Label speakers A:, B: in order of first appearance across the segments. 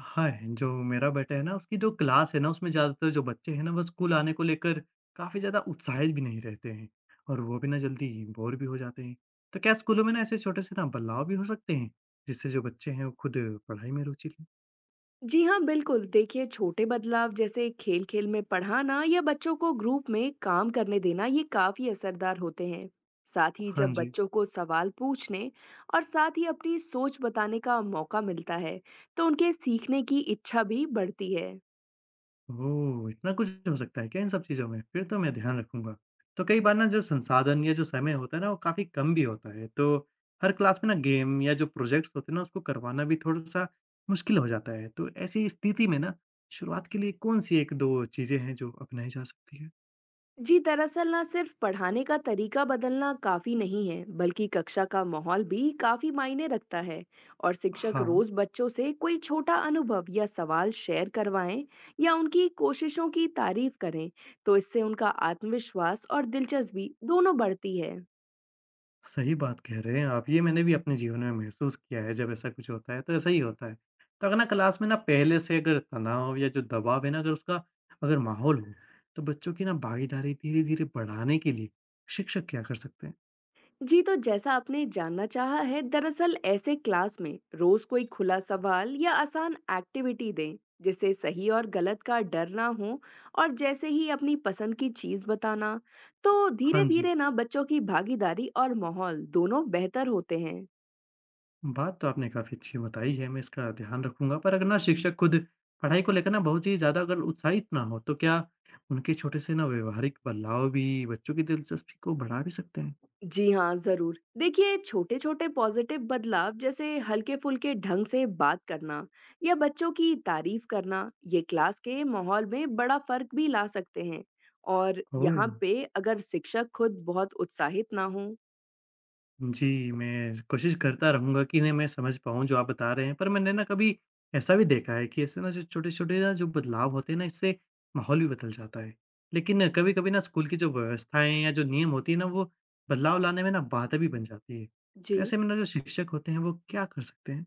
A: हाँ, जो मेरा बेटा है ना, उसकी जो क्लास है ना, उसमें ज़्यादातर जो बच्चे हैं ना, वो स्कूल आने को लेकर काफ़ी ज़्यादा उत्साहित भी नहीं रहते हैं और वो भी ना जल्दी बोर भी हो जाते हैं। तो क्या स्कूलों में ना ऐसे छोटे से ना बदलाव भी हो सकते हैं, जिससे जो बच्चे हैं वो खुद पढ़ाई में रुचि लें?
B: जी हाँ, बिल्कुल। देखिए, छोटे बदलाव जैसे खेल खेल में पढ़ाना या बच्चों को ग्रुप में काम करने देना, ये काफी असरदार होते हैं। साथ ही
A: हाँ
B: जब
A: जी।
B: बच्चों को सवाल पूछने और साथ ही अपनी सोच बताने का मौका मिलता है, तो उनके सीखने की इच्छा भी बढ़ती है।
A: ओह! इतना कुछ हो सकता है क्या इन सब चीज़ों में? फिर तो मैं ध्यान रखूँगा। तो कई बार ना जो संसाधन या जो समय होता है ना, वो काफ़ी कम भी होता है, तो हर क्लास में ना गेम या जो प्रोजेक्ट्स होते हैं ना, उसको करवाना भी थोड़ा-सा मुश्किल हो जाता है। तो ऐसी स्थिति में ना शुरुआत के लिए कौन-सी 1-2 चीज़ें हैं जो अपनाई जा सकती हैं?
B: जी, दरअसल ना सिर्फ पढ़ाने का तरीका बदलना काफी नहीं है, बल्कि कक्षा का माहौल भी काफी मायने रखता है। और शिक्षक
A: हाँ।
B: रोज बच्चों से कोई छोटा अनुभव या सवाल शेयर करवाएं या उनकी कोशिशों की तारीफ करें, तो इससे उनका आत्मविश्वास और दिलचस्पी दोनों बढ़ती है।
A: सही बात कह रहे हैं आप। ये मैंने भी अपने जीवन में महसूस किया है, जब ऐसा कुछ होता है, तो ऐसा ही होता है। तो अगर ना क्लास में ना पहले से अगर तनाव या जो दबाव है ना, अगर उसका अगर माहौल हो, तो बच्चों की ना भागीदारी धीरे-धीरे बढ़ाने के लिए शिक्षक क्या कर सकते हैं?
B: जी, तो जैसा आपने जानना चाहा है, दरअसल ऐसे क्लास में रोज कोई खुला सवाल या आसान एक्टिविटी दें, जिससे सही और गलत का डर ना हो, और जैसे ही अपनी पसंद की चीज बताना, तो धीरे
A: हाँ जी,
B: धीरे ना बच्चों की भागीदारी और माहौल दोनों बेहतर होते हैं।
A: बात तो आपने काफ़ी अच्छी बताई है, मैं इसका ध्यान रखूँगा। पर अगर ना शिक्षक खुद पढ़ाई को लेकर ना बहुत ही ज़्यादा अगर उत्साहित ना हो, तो क्या उनके छोटे से ना व्यवहारिक बदलाव भी बच्चों की दिलचस्पी को बढ़ा भी सकते हैं?
B: जी हाँ, ज़रूर। देखिए, छोटे-छोटे पॉज़िटिव बदलाव जैसे हल्के-फुल्के ढंग से बात करना या बच्चों की तारीफ़ करना, ये क्लास के माहौल में बड़ा फ़र्क भी ला सकते हैं। और
A: ओह!
B: यहाँ पे अगर शिक्षक खुद बहुत उत्साहित ना हों।
A: जी, मैं कोशिश करता रहूँगा कि इन्हें मैं समझ पाऊँ जो आप बता रहे हैं। पर मैंने ना कभी ऐसा भी देखा है कि इससे ना जो छोटे-छोटे ना जो बदलाव होते हैं ना, इससे माहौल भी बदल जाता है। लेकिन कभी-कभी ना स्कूल की जो व्यवस्थाएँ या जो नियम होती है ना, वो बदलाव लाने में ना बाधा भी बन जाती है। तो
B: जी।
A: ऐसे में ना जो शिक्षक होते हैं, वो क्या कर सकते हैं?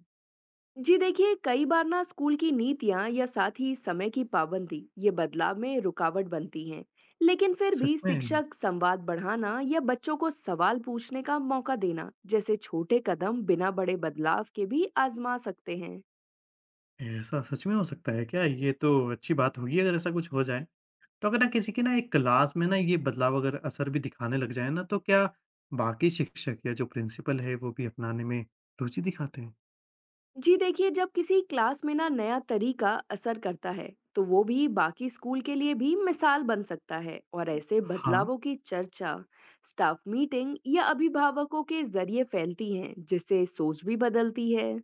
B: जी, देखिए, कई बार ना स्कूल की नीतियां या साथ ही समय की पाबंदी, ये बदलाव में रुकावट बनती हैं। लेकिन फिर
A: सच
B: भी
A: में
B: शिक्षक संवाद बढ़ाना या बच्चों को सवाल पूछने का मौका देना जैसे छोटे कदम बिना बड़े बदलाव के भी आजमा सकते हैं।
A: ऐसा सच में हो सकता है क्या? ये तो अच्छी बात होगी अगर ऐसा कुछ हो जाए। तो अगर ना किसी की ना एक क्लास में ना ये बदलाव अगर असर भी दिखाने लग जाए ना, तो क्या बाकी शिक्षक या जो प्रिंसिपल है वो भी अपनाने में रुचि दिखाते हैं?
B: जी, देखिए, जब किसी क्लास में ना नया तरीका असर करता है, तो वो भी बाकी स्कूल के लिए भी मिसाल बन सकता है, और ऐसे
A: हाँ,
B: बदलावों की चर्चा स्टाफ मीटिंग या अभिभावकों के जरिए फैलती है, जिससे सोच भी बदलती है।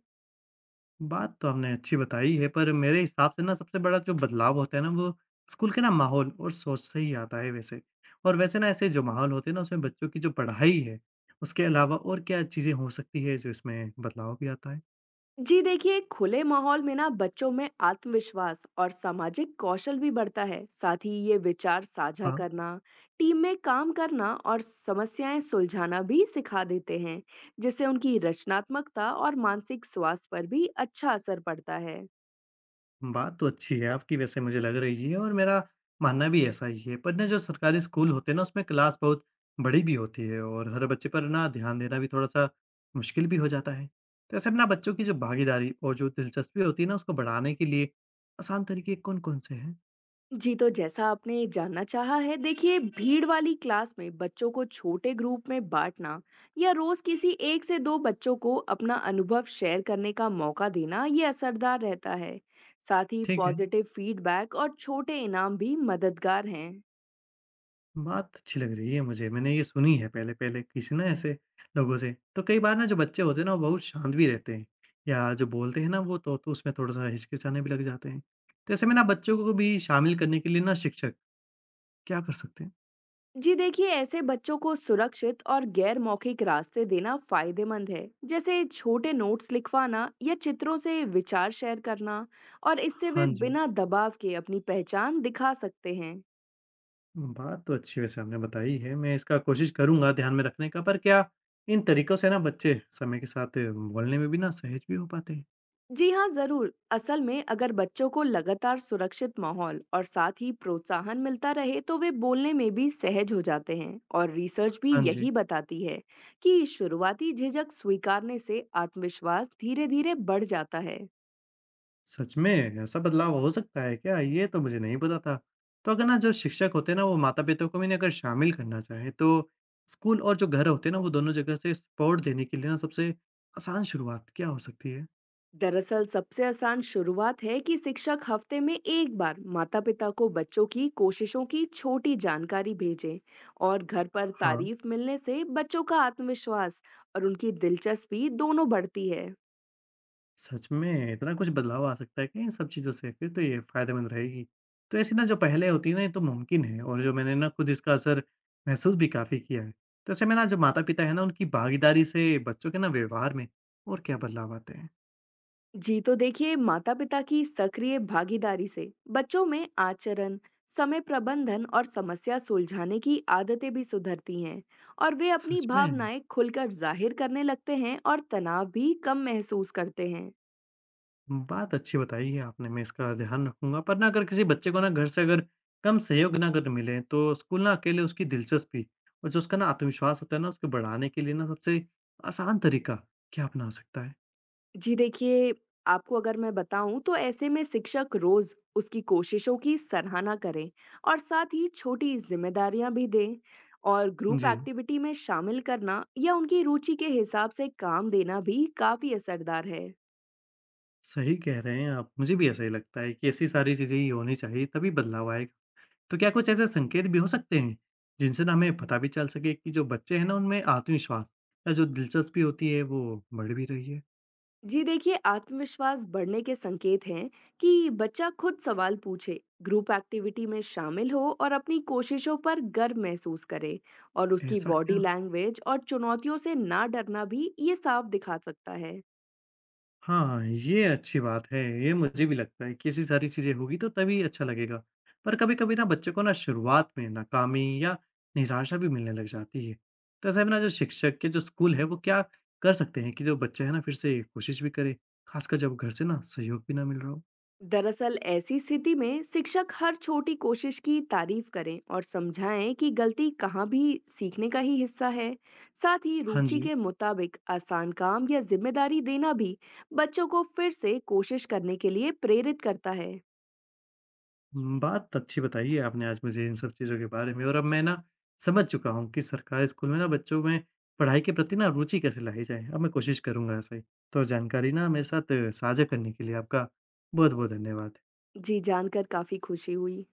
A: बात तो आपने अच्छी बताई है, पर मेरे हिसाब से ना सबसे बड़ा जो बदलाव होता है ना, वो स्कूल के ना माहौल और सोच से ही आता है वैसे। और वैसे ना ऐसे जो माहौल होते हैं ना, उसमें बच्चों की जो पढ़ाई है, उसके अलावा और क्या चीज़ें हो सकती है जो इसमें बदलाव भी आता है?
B: जी, देखिए, खुले माहौल में ना बच्चों में आत्मविश्वास और सामाजिक कौशल भी बढ़ता है, साथ ही ये विचार साझा
A: हाँ।
B: करना, टीम में काम करना और समस्याएं सुलझाना भी सिखा देते हैं, जिससे उनकी रचनात्मकता और मानसिक स्वास्थ्य पर भी अच्छा असर पड़ता है।
A: बात तो अच्छी है आपकी वैसे मुझे लग रही है, और मेरा मानना भी ऐसा ही है। पर ना जो सरकारी स्कूल होते हैं ना, उसमें क्लास बहुत बड़ी भी होती है और हर बच्चे पर ना ध्यान देना भी थोड़ा सा मुश्किल भी हो जाता है। तो ऐसे में ना बच्चों की जो भागीदारी और जो दिलचस्पी होती है ना, उसको बढ़ाने के लिए आसान तरीके कौन कौन से हैं?
B: जी, तो जैसा आपने जानना चाहा है, देखिए, भीड़ वाली क्लास में बच्चों को छोटे ग्रुप में बांटना या रोज किसी एक से दो बच्चों को अपना अनुभव शेयर करने का मौका देना, ये असरदार रहता है। साथ ही
A: ठीक है,
B: पॉजिटिव फीडबैक और छोटे इनाम भी मददगार हैं।
A: बात अच्छी लग रही है मुझे। मैंने ये सुनी है पहले-पहले किसी ना ऐसे लोगों से। तो कई बार ना जो बच्चे होते हैं ना, वो बहुत शांत भी रहते हैं या जो बोलते हैं ना, वो तो उसमें थोड़ा-सा हिचकिचाने भी लग जाते हैं। तो ऐसे में ना बच्चों को भी शामिल करने के लिए ना शिक्षक क्या कर सकते हैं?
B: जी, देखिए, ऐसे बच्चों को सुरक्षित और गैर मौखिक रास्ते देना फायदेमंद है, जैसे छोटे नोट्स लिखवाना या चित्रों से विचार शेयर करना, और इससे
A: हाँ
B: वे
A: जी,
B: बिना दबाव के अपनी पहचान दिखा सकते हैं।
A: बात तो अच्छी वैसे आपने बताई है। मैं इसका कोशिश करूँगा ध्यान में रखने का। पर क्या इन तरीकों से ना बच्चे समय के साथ बोलने में भी ना सहज भी हो पाते हैं?
B: जी हाँ, ज़रूर। असल में अगर बच्चों को लगातार सुरक्षित माहौल और साथ ही प्रोत्साहन मिलता रहे, तो वे बोलने में भी सहज हो जाते हैं, और रिसर्च भी
A: हाँ जी।
B: यही बताती है कि शुरुआती झिझक स्वीकारने से आत्मविश्वास धीरे-धीरे बढ़ जाता है।
A: सच में ऐसा बदलाव हो सकता है क्या? ये तो मुझे नहीं पता था। तो अगर ना जो शिक्षक होते हैं ना, वो माता-पिता को भी ना अगर शामिल करना चाहे, तो स्कूल और जो घर होते हैं ना, वो दोनों जगह से सपोर्ट देने के लिए ना सबसे आसान शुरुआत क्या हो सकती है?
B: दरअसल सबसे आसान शुरुआत है कि शिक्षक हफ्ते में एक बार माता-पिता को बच्चों की कोशिशों की छोटी जानकारी भेजें, और घर पर
A: हाँ,
B: तारीफ मिलने से बच्चों का आत्मविश्वास और उनकी दिलचस्पी दोनों बढ़ती है।
A: सच में इतना कुछ बदलाव आ सकता है क्या इन सब चीज़ों से? फिर तो ये फ़ायदेमंद रहेगी। तो ऐसी ना जो पहलें होती हैं ना, ये तो मुमकिन है, और जो मैंने ना खुद इसका असर महसूस भी काफ़ी किया है। तो ऐसे में ना जो माता-पिता हैं ना, उनकी भागीदारी से बच्चों के ना व्यवहार में और क्या बदलाव आते हैं?
B: जी, तो देखिए, माता-पिता की सक्रिय भागीदारी से बच्चों में आचरण, समय प्रबंधन और समस्या सुलझाने की आदतें भी सुधरती हैं, और वे अपनी
A: सच में?
B: भावनाएं खुलकर जाहिर करने लगते हैं और तनाव भी कम महसूस करते हैं।
A: बात अच्छी बताई है आपने, मैं इसका ध्यान रखूँगा। पर ना अगर किसी बच्चे को ना घर से अगर कम सहयोग ना अगर मिले, तो स्कूल ना अकेले उसकी दिलचस्पी और जो उसका ना आत्मविश्वास होता है ना, उसको बढ़ाने के लिए ना सबसे आसान तरीका क्या अपना सकता है?
B: जी, देखिए, आपको अगर मैं बताऊँ, तो ऐसे में शिक्षक रोज़ उसकी कोशिशों की सराहना करें और साथ ही छोटी ज़िम्मेदारियाँ भी दें, और ग्रुप
A: जी,
B: एक्टिविटी में शामिल करना या उनकी रुचि के हिसाब से काम देना भी काफ़ी असरदार है।
A: सही कह रहे हैं आप। मुझे भी ऐसा ही लगता है कि ऐसी सारी चीज़ें ही होनी चाहिए, तभी बदलाव आएगा। तो क्या कुछ ऐसे संकेत भी हो सकते हैं, जिनसे ना हमें पता भी चल सके कि जो बच्चे हैं ना, उनमें आत्मविश्वास या जो दिलचस्पी होती है, वो बढ़ भी रही है?
B: जी, देखिए, आत्मविश्वास बढ़ने के संकेत हैं कि बच्चा खुद सवाल पूछे, ग्रुप एक्टिविटी में शामिल हो और अपनी कोशिशों पर गर्व महसूस करे, और उसकी
A: ऐसा
B: बॉडी
A: क्या?
B: लैंग्वेज और चुनौतियों से ना डरना भी ये साफ दिखा सकता है।
A: हाँ, ये अच्छी बात है। ये मुझे भी लगता है कि ऐसी सारी चीज़ें होगी तो तभी अच्छा लगेगा। पर कभी-कभी ना बच्चों को ना शुरुआत में नाकामी या निराशा भी मिलने लग जाती है। तो ऐसे में ना जो शिक्षक के जो स्कूल है, वो क्या कर सकते हैं कि जो बच्चे हैं ना फिर से कोशिश भी करें? ख़ासकर जब घर से ना सहयोग भी ना मिल रहा हो?
B: दरअसल ऐसी स्थिति में शिक्षक हर छोटी कोशिश की तारीफ करें और समझाएं कि गलती कहाँ भी सीखने का ही हिस्सा है। साथ ही
A: हाँ
B: रुचि
A: जी।
B: के मुताबिक आसान काम या जिम्मेदारी देना भी बच्चों को फिर से कोशिश करने के लिए प्रेरित करता है।
A: बात अच्छी बताई है आपने आज मुझे इन सब चीज़ों के बारे में, और अब मैं ना समझ चुका हूँ कि सरकारी स्कूल में ना बच्चों में पढ़ाई के प्रति ना रुचि कैसे लाई जाए। अब मैं कोशिश करूँगा ऐसा ही। तो जानकारी ना मेरे साथ साझा करने के लिए आपका बहुत-बहुत धन्यवाद।
B: जी, जानकर काफी खुशी हुई।